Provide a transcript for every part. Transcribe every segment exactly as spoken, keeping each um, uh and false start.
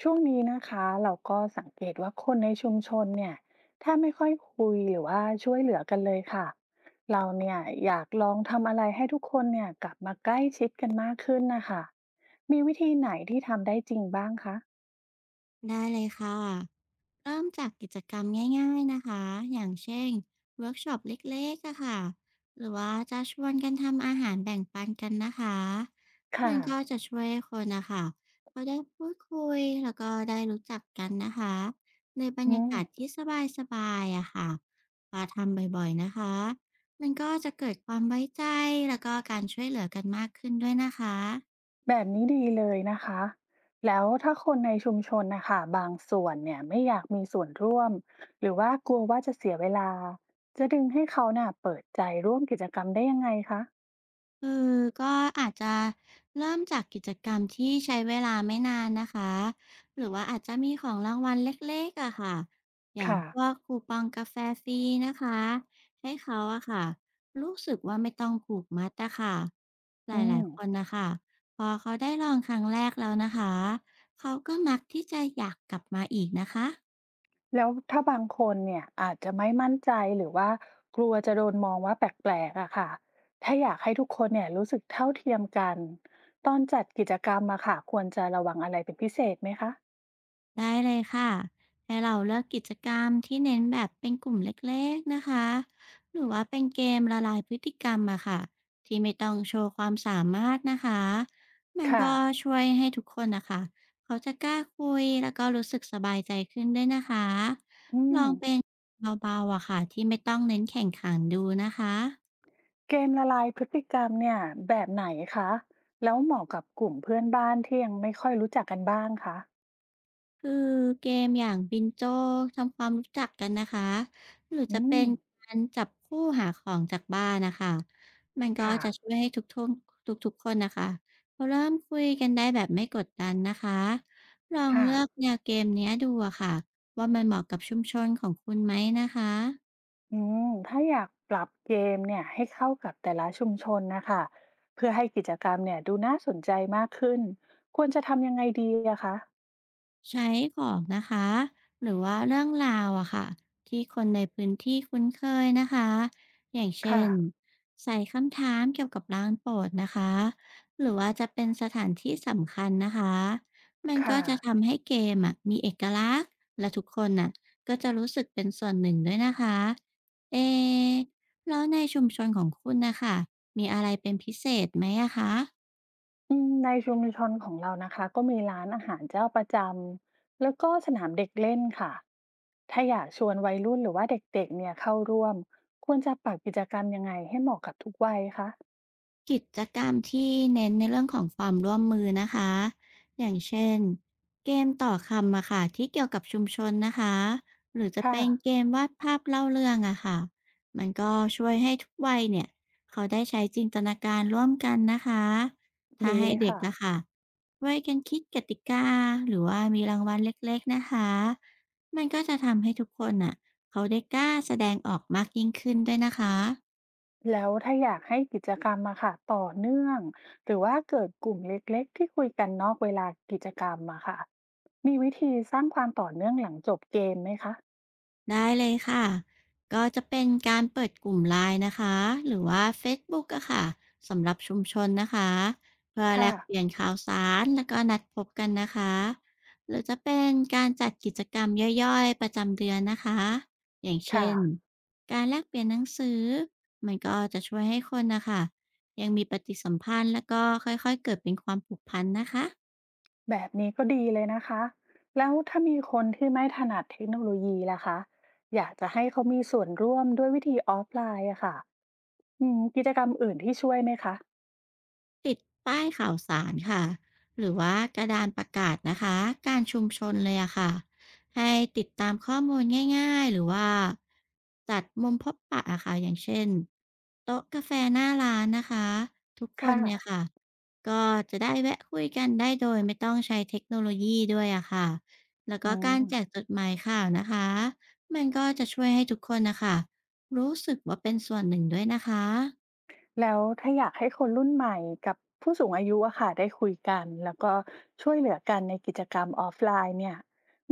ช่วงนี้นะคะเราก็สังเกตว่าคนในชุมชนเนี่ยแทบไม่ค่อยคุยหรือว่าช่วยเหลือกันเลยค่ะเราเนี่ยอยากลองทำอะไรให้ทุกคนเนี่ยกลับมาใกล้ชิดกันมากขึ้นนะคะมีวิธีไหนที่ทำได้จริงบ้างคะได้เลยค่ะเริ่มจากกิจกรรมง่ายๆนะคะอย่างเช่นเวิร์กช็อปเล็กๆอะค่ะหรือว่าจะชวนกันทำอาหารแบ่งปันกันนะคะค่ะมันก็จะช่วยให้คนนะคะเขาได้พูดคุยแล้วก็ได้รู้จักกันนะคะในบรรอืยามกาศที่สบายๆอะค่ะพอทำบ่อยๆนะคะมันก็จะเกิดความไว้ใจแล้วก็การช่วยเหลือกันมากขึ้นด้วยนะคะ แบบนี้ดีเลยนะคะแล้วถ้าคนในชุมชนนะคะบางส่วนเนี่ยไม่อยากมีส่วนร่วมหรือว่ากลัวว่าจะเสียเวลาจะดึงให้เขาน่ะเปิดใจร่วมกิจกรรมได้ยังไงคะคือก็อาจจะเริ่มจากกิจกรรมที่ใช้เวลาไม่นานนะคะหรือว่าอาจจะมีของรางวัลเล็กๆอะค่ะอย่างค่ะพวกคูปองกาแฟฟรีนะคะให้เขาอะค่ะรู้สึกว่าไม่ต้องผูกมัดอะค่ะหลอืาม ยๆคนนะคะพอเขาได้ลองครั้งแรกแล้วนะคะเขาก็มักที่จะอยากกลับมาอีกนะคะ แล้วถ้าบางคนเนี่ยอาจจะไม่มั่นใจหรือว่ากลัวจะโดนมองว่าแปลกๆอะค่ะถ้าอยากให้ทุกคนเนี่ยรู้สึกเท่าเทียมกัน ตอนจัดกิจกรรมอะค่ะควรจะระวังอะไรเป็นพิเศษไหมคะ ได้เลยค่ะให้เราเลือกกิจกรรมที่เน้นแบบเป็นกลุ่มเล็กๆนะคะหรือว่าเป็นเกมละลายพฤติกรรมอะค่ะ ที่ไม่ต้องโชว์ความสามารถนะคะ มันค่ะก็ช่วยให้ทุกคนนะคะเขาจะกล้าคุยแล้วก็รู้สึกสบายใจขึ้นด้วยนะคะ อืลมองเป็นเบาๆอะค่ะที่ไม่ต้องเน้นแข่งขันดูนะคะ เกมละลายพฤติกรรมเนี่ยแบบไหนคะ แล้วเหมาะกับกลุ่มเพื่อนบ้านที่ยังไม่ค่อยรู้จักกันบ้างคะคือเกมอย่างบินโจ้ทำความรู้จักกันนะคะหรืออืจะเป็มนการจับคู่หาของจากบ้านนะคะมันก็ค่ะจะช่วยให้ทุกทุกทุกทุกคนนะคะเขาเริ่มคุยกันได้แบบไม่กดดันนะคะลองค่ะ เลือกแนวเกมเนี้ยดูอะค่ะว่ามันเหมาะกับชุมชนของคุณไหมนะคะ อืมถ้าอยากปรับเกมเนี่ยให้เข้ากับแต่ละชุมชนนะคะเพื่อให้กิจกรรมเนี่ยดูน่าสนใจมากขึ้นควรจะทำยังไงดีอะคะใช้ของนะคะหรือว่าเรื่องราวอะค่ะที่คนในพื้นที่คุ้นเคยนะคะอย่างเช่ค่ะนใส่คำถามเกี่ยวกับร้านโปรดนะคะหรือว่าจะเป็นสถานที่สำคัญนะคะมันก็ค่ะจะทำให้เกมอะมีเอกลักษณ์และทุกคนน่ะก็จะรู้สึกเป็นส่วนหนึ่งด้วยนะคะเอะแล้วในชุมชนของคุณนะคะมีอะไรเป็นพิเศษไหมอะคะ อืมในชุมชนของเรานะคะก็มีร้านอาหารเจ้าประจำแล้วก็สนามเด็กเล่นค่ะถ้าอยากชวนวัยรุ่นหรือว่าเด็กๆเนี่ยเข้าร่วมควรจะปรับกิจกรรมยังไงให้เหมาะกับทุกวัยคะกิจกรรมที่เน้นในเรื่องของความร่วมมือนะคะอย่างเช่นเกมต่อคำอะค่ะที่เกี่ยวกับชุมชนนะคะหรือจะค่ะเป็นเกมวาดภาพเล่าเรื่องอะค่ะมันก็ช่วยให้ทุกวัยเนี่ยเขาได้ใช้จินตนาการร่วมกันนะคะถ้าดีให้เลยเด็กค่ะ ละค่ะช่วยกันคิดกติกาหรือว่ามีรางวัลเล็กๆนะคะมันก็จะทำให้ทุกคนอะเขาได้กล้าแสดงออกมากยิ่งขึ้นด้วยนะคะ แล้วถ้าอยากให้กิจกรรมอะค่ะต่อเนื่องหรือว่าเกิดกลุ่มเล็กๆที่คุยกันนอกเวลากิจกรรมอะค่ะมีวิธีสร้างความต่อเนื่องหลังจบเกมไหมคะได้เลยค่ะก็จะเป็นการเปิดกลุ่มไลน e นะคะ หรือว่าเฟซบุ๊กอะค่ะสำหรับชุมชนนะคะเพื่อแลค่ะกเปลี่ยนข่าวสารแล้วก็นัดพบกันนะคะ หรือจะเป็นการจัดกิจกรรมย่อยๆประจำเดือนนะคะ อย่างค่ะเช่นการแลกเปลี่ยนหนังสือมันก็จะช่วยให้คนนะคะยังมีปฏิสัมพันธ์แล้วก็ค่อยๆเกิดเป็นความผูกพันนะคะ แบบนี้ก็ดีเลยนะคะแล้วถ้ามีคนที่ไม่ถนัดเทคโนโลยีล่ะคะอยากจะให้เขามีส่วนร่วมด้วยวิธีออฟไลน์อะค่ะอืมกิจกรรมอื่นที่ช่วยไหมคะติดป้ายข่าวสารค่ะหรือว่ากระดานประกาศนะคะการชุมชนเลยอะค่ะให้ติดตามข้อมูลง่ายๆหรือว่าจัดมุมพบปะอะค่ะอย่างเช่นโต๊ะกาแฟหน้าร้านนะคะทุกคนค่ะเนี่ยค่ะก็จะได้แวะคุยกันได้โดยไม่ต้องใช้เทคโนโลยีด้วยอะค่ะแล้วอืก็กาม รแจกจดหมายข่าวนะคะมันก็จะช่วยให้ทุกคนนะคะรู้สึกว่าเป็นส่วนหนึ่งด้วยนะคะ แล้วถ้าอยากให้คนรุ่นใหม่กับผู้สูงอายุอะค่ะได้คุยกันแล้วก็ช่วยเหลือกันในกิจกรรมออฟไลน์เนี่ย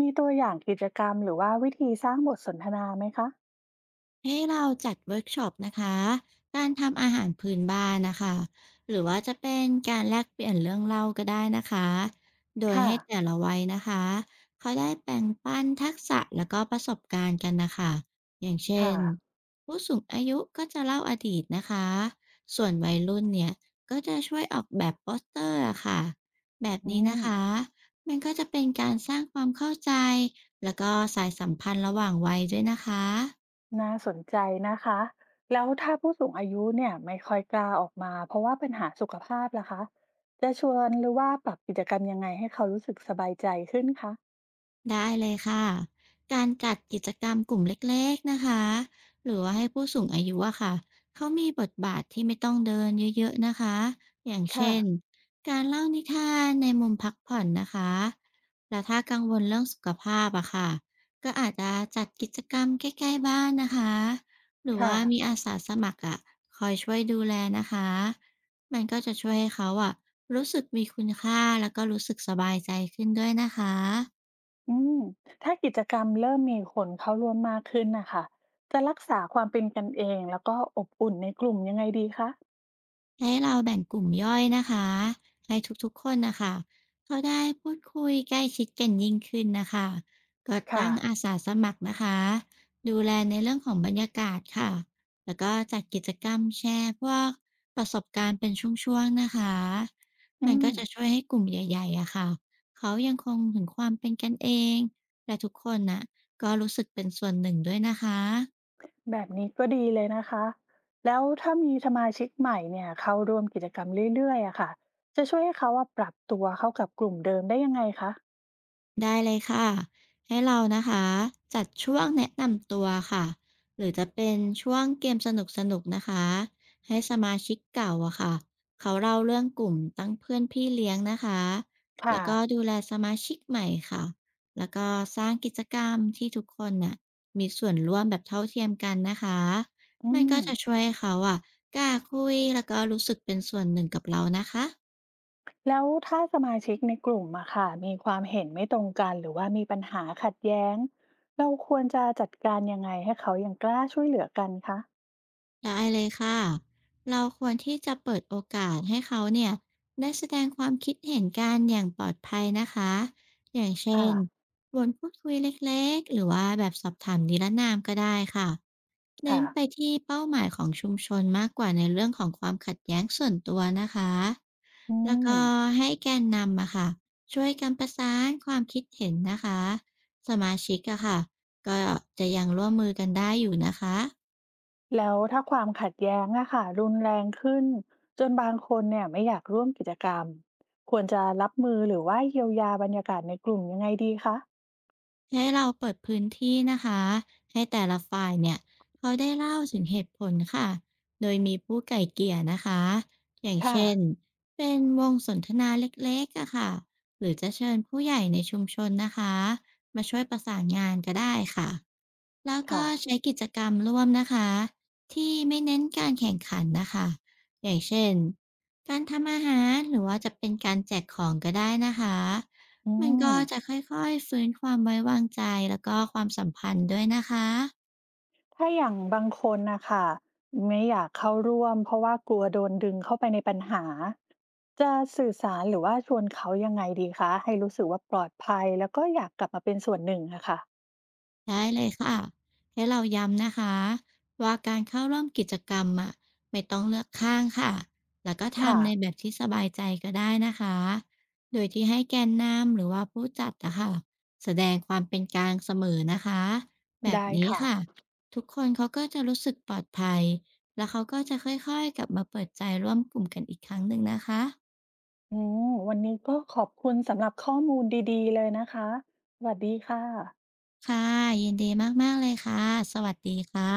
มีตัวอย่างกิจกรรมหรือว่าวิธีสร้างบทสนทนาไหมคะให้เราจัดเวิร์กช็อปนะคะ การทำอาหารพื้นบ้านนะคะ หรือว่าจะเป็นการแลกเปลี่ยนเรื่องเล่าก็ได้นะคะ โดยค่ะ ให้แต่ละวัยนะคะเขาได้แบ่งปันทักษะแล้วก็ประสบการณ์กันนะคะ อย่างเช่ค่ะ นผู้สูงอายุก็จะเล่าอดีตนะคะ ส่วนวัยรุ่นเนี่ยก็จะช่วยออกแบบโปสเตอร์อะค่ะแบบอืนี้มนะคะ มันก็จะเป็นการสร้างความเข้าใจแล้วก็สายสัมพันธ์ระหว่างวัยด้วยนะคะ น่าสนใจนะคะ แล้วถ้าผู้สูงอายุเนี่ยไม่ค่อยกล้าออกมาเพราะว่าปัญหาสุขภาพล่ะคะจะชวนหรือว่าปรับกิจกรรมยังไงให้เขารู้สึกสบายใจขึ้นคะได้เลยค่ะการจัดกิจกรรมกลุ่มเล็กๆนะคะหรือว่าให้ผู้สูงอายุอะค่ะเขามีบทบาทที่ไม่ต้องเดินเยอะๆนะคะอย่างค่ะ เช่นการเล่านิทานในมุมพักผ่อนนะคะและถ้ากังวลเรื่องสุขภาพอะค่ะก็อาจจะจัดกิจกรรมใกล้ๆบ้านนะคะหรือว่ามีค่ะ อาสาสมัครอะคอยช่วยดูแลนะคะมันก็จะช่วยให้เขาอะรู้สึกมีคุณค่าแล้วก็รู้สึกสบายใจขึ้นด้วยนะคะ อืมถ้ากิจกรรมเริ่มมีคนเข้าร่วมมากขึ้นนะคะจะรักษาความเป็นกันเองแล้วก็อบอุ่นในกลุ่มยังไงดีคะให้เราแบ่งกลุ่มย่อยนะคะให้ทุกๆคนนะคะเขาได้พูดคุยใกล้ชิดกันยิ่งขึ้นนะคะก็ค่ะตั้งอาสาสมัครนะคะดูแลในเรื่องของบรรยากาศค่ะแล้วก็จัดกิจกรรมแชร์พวกประสบการณ์เป็นช่วงๆนะคะอืมันก็มจะช่วยให้กลุ่มใหญ่ๆอะค่ะเขายังคงถึงความเป็นกันเองและทุกคนน่ะก็รู้สึกเป็นส่วนหนึ่งด้วยนะคะ แบบนี้ก็ดีเลยนะคะแล้วถ้ามีสมาชิกใหม่เนี่ยเข้าร่วมกิจกรรมเรื่อยๆอะค่ะจะช่วยให้เขาว่าปรับตัวเข้ากับกลุ่มเดิมได้ยังไงคะได้เลยค่ะให้เรานะคะจัดช่วงแนะนำตัวค่ะหรือจะเป็นช่วงเกมสนุกๆนกนะคะให้สมาชิกเก่าอะค่ะเขาเล่าเรื่องกลุ่มตั้งเพื่อนพี่เลี้ยงนะคะค่ะแล้วก็ดูแลสมาชิกใหม่ค่ะแล้วก็สร้างกิจกรรมที่ทุกคนน่ะมีส่วนร่วมแบบเท่าเทียมกันนะคะอืมันมก็จะช่วยให้เขาอะกล้าคุยแล้วก็รู้สึกเป็นส่วนหนึ่งกับเรานะคะ แล้วถ้าสมาชิกในกลุ่มอะค่ะมีความเห็นไม่ตรงกันหรือว่ามีปัญหาขัดแย้งเราควรจะจัดการยังไงให้เขายังกล้าช่วยเหลือกันคะ ได้เลยค่ะเราควรที่จะเปิดโอกาสให้เขาเนี่ยได้แสดงความคิดเห็นกันอย่างปลอดภัยนะคะอย่างเช่ค่ะ นบนพูดคุยเล็กๆหรือว่าแบบสอบถามนิรนามก็ได้ค่ะเน้ค่ะ นไปที่เป้าหมายของชุมชนมากกว่าในเรื่องของความขัดแย้งส่วนตัวนะคะอืแล้วม ก็ให้แกนนำอะค่ะช่วยกันประสานความคิดเห็นนะคะสมาชิกอะค่ะก็จะยังร่วมมือกันได้อยู่นะคะ แล้วถ้าความขัดแย้งอะค่ะรุนแรงขึ้นจนบางคนเนี่ยไม่อยากร่วมกิจกรรมควรจะรับมือหรือว่าเยียวยาบรรยากาศในกลุ่มยังไงดีคะให้เราเปิดพื้นที่นะคะให้แต่ละฝ่ายเนี่ยเขาได้เล่าถึงเหตุผลค่ะโดยมีผู้ไก่เกลี่ยนะคะอย่างค่ะ เช่นเป็นวงสนทนาเล็กๆอะค่ะหรือจะเชิญผู้ใหญ่ในชุมชนนะคะมาช่วยประสานงานก็ได้ค่ะ แล้วก็ค่ะ ใช้กิจกรรมร่วมนะคะที่ไม่เน้นการแข่งขันนะคะอย่างเช่นการทำอาหารหรือว่าจะเป็นการแจกของก็ได้นะคะอืมันม ก็จะค่อยๆฟื้นความไว้วางใจแล้วก็ความสัมพันธ์ด้วยนะคะ ถ้าอย่างบางคนนะคะไม่อยากเข้าร่วมเพราะว่ากลัวโดนดึงเข้าไปในปัญหาจะสื่อสารหรือว่าชวนเขายังไงดีคะให้รู้สึกว่าปลอดภัยแล้วก็อยากกลับมาเป็นส่วนหนึ่งอะค่ะได้เลยค่ะให้เราย้ำนะคะว่าการเข้าร่วมกิจกรรมอ่ะไม่ต้องเลือกข้างค่ะแล้วก็ค่ะทำในแบบที่สบายใจก็ได้นะคะโดยที่ให้แกนนำหรือว่าผู้จัดนะคะแสดงความเป็นกลางเสมอนะคะแบบได้นี้ค่ะ ค่ะทุกคนเขาก็จะรู้สึกปลอดภัยแล้วเขาก็จะค่อยๆกลับมาเปิดใจร่วมกลุ่มกันอีกครั้งหนึ่งนะคะอืมวันนี้ก็ขอบคุณสำหรับข้อมูลดีๆเลยนะคะสวัสดีค่ะค่ะยินดีมากๆเลยค่ะสวัสดีค่ะ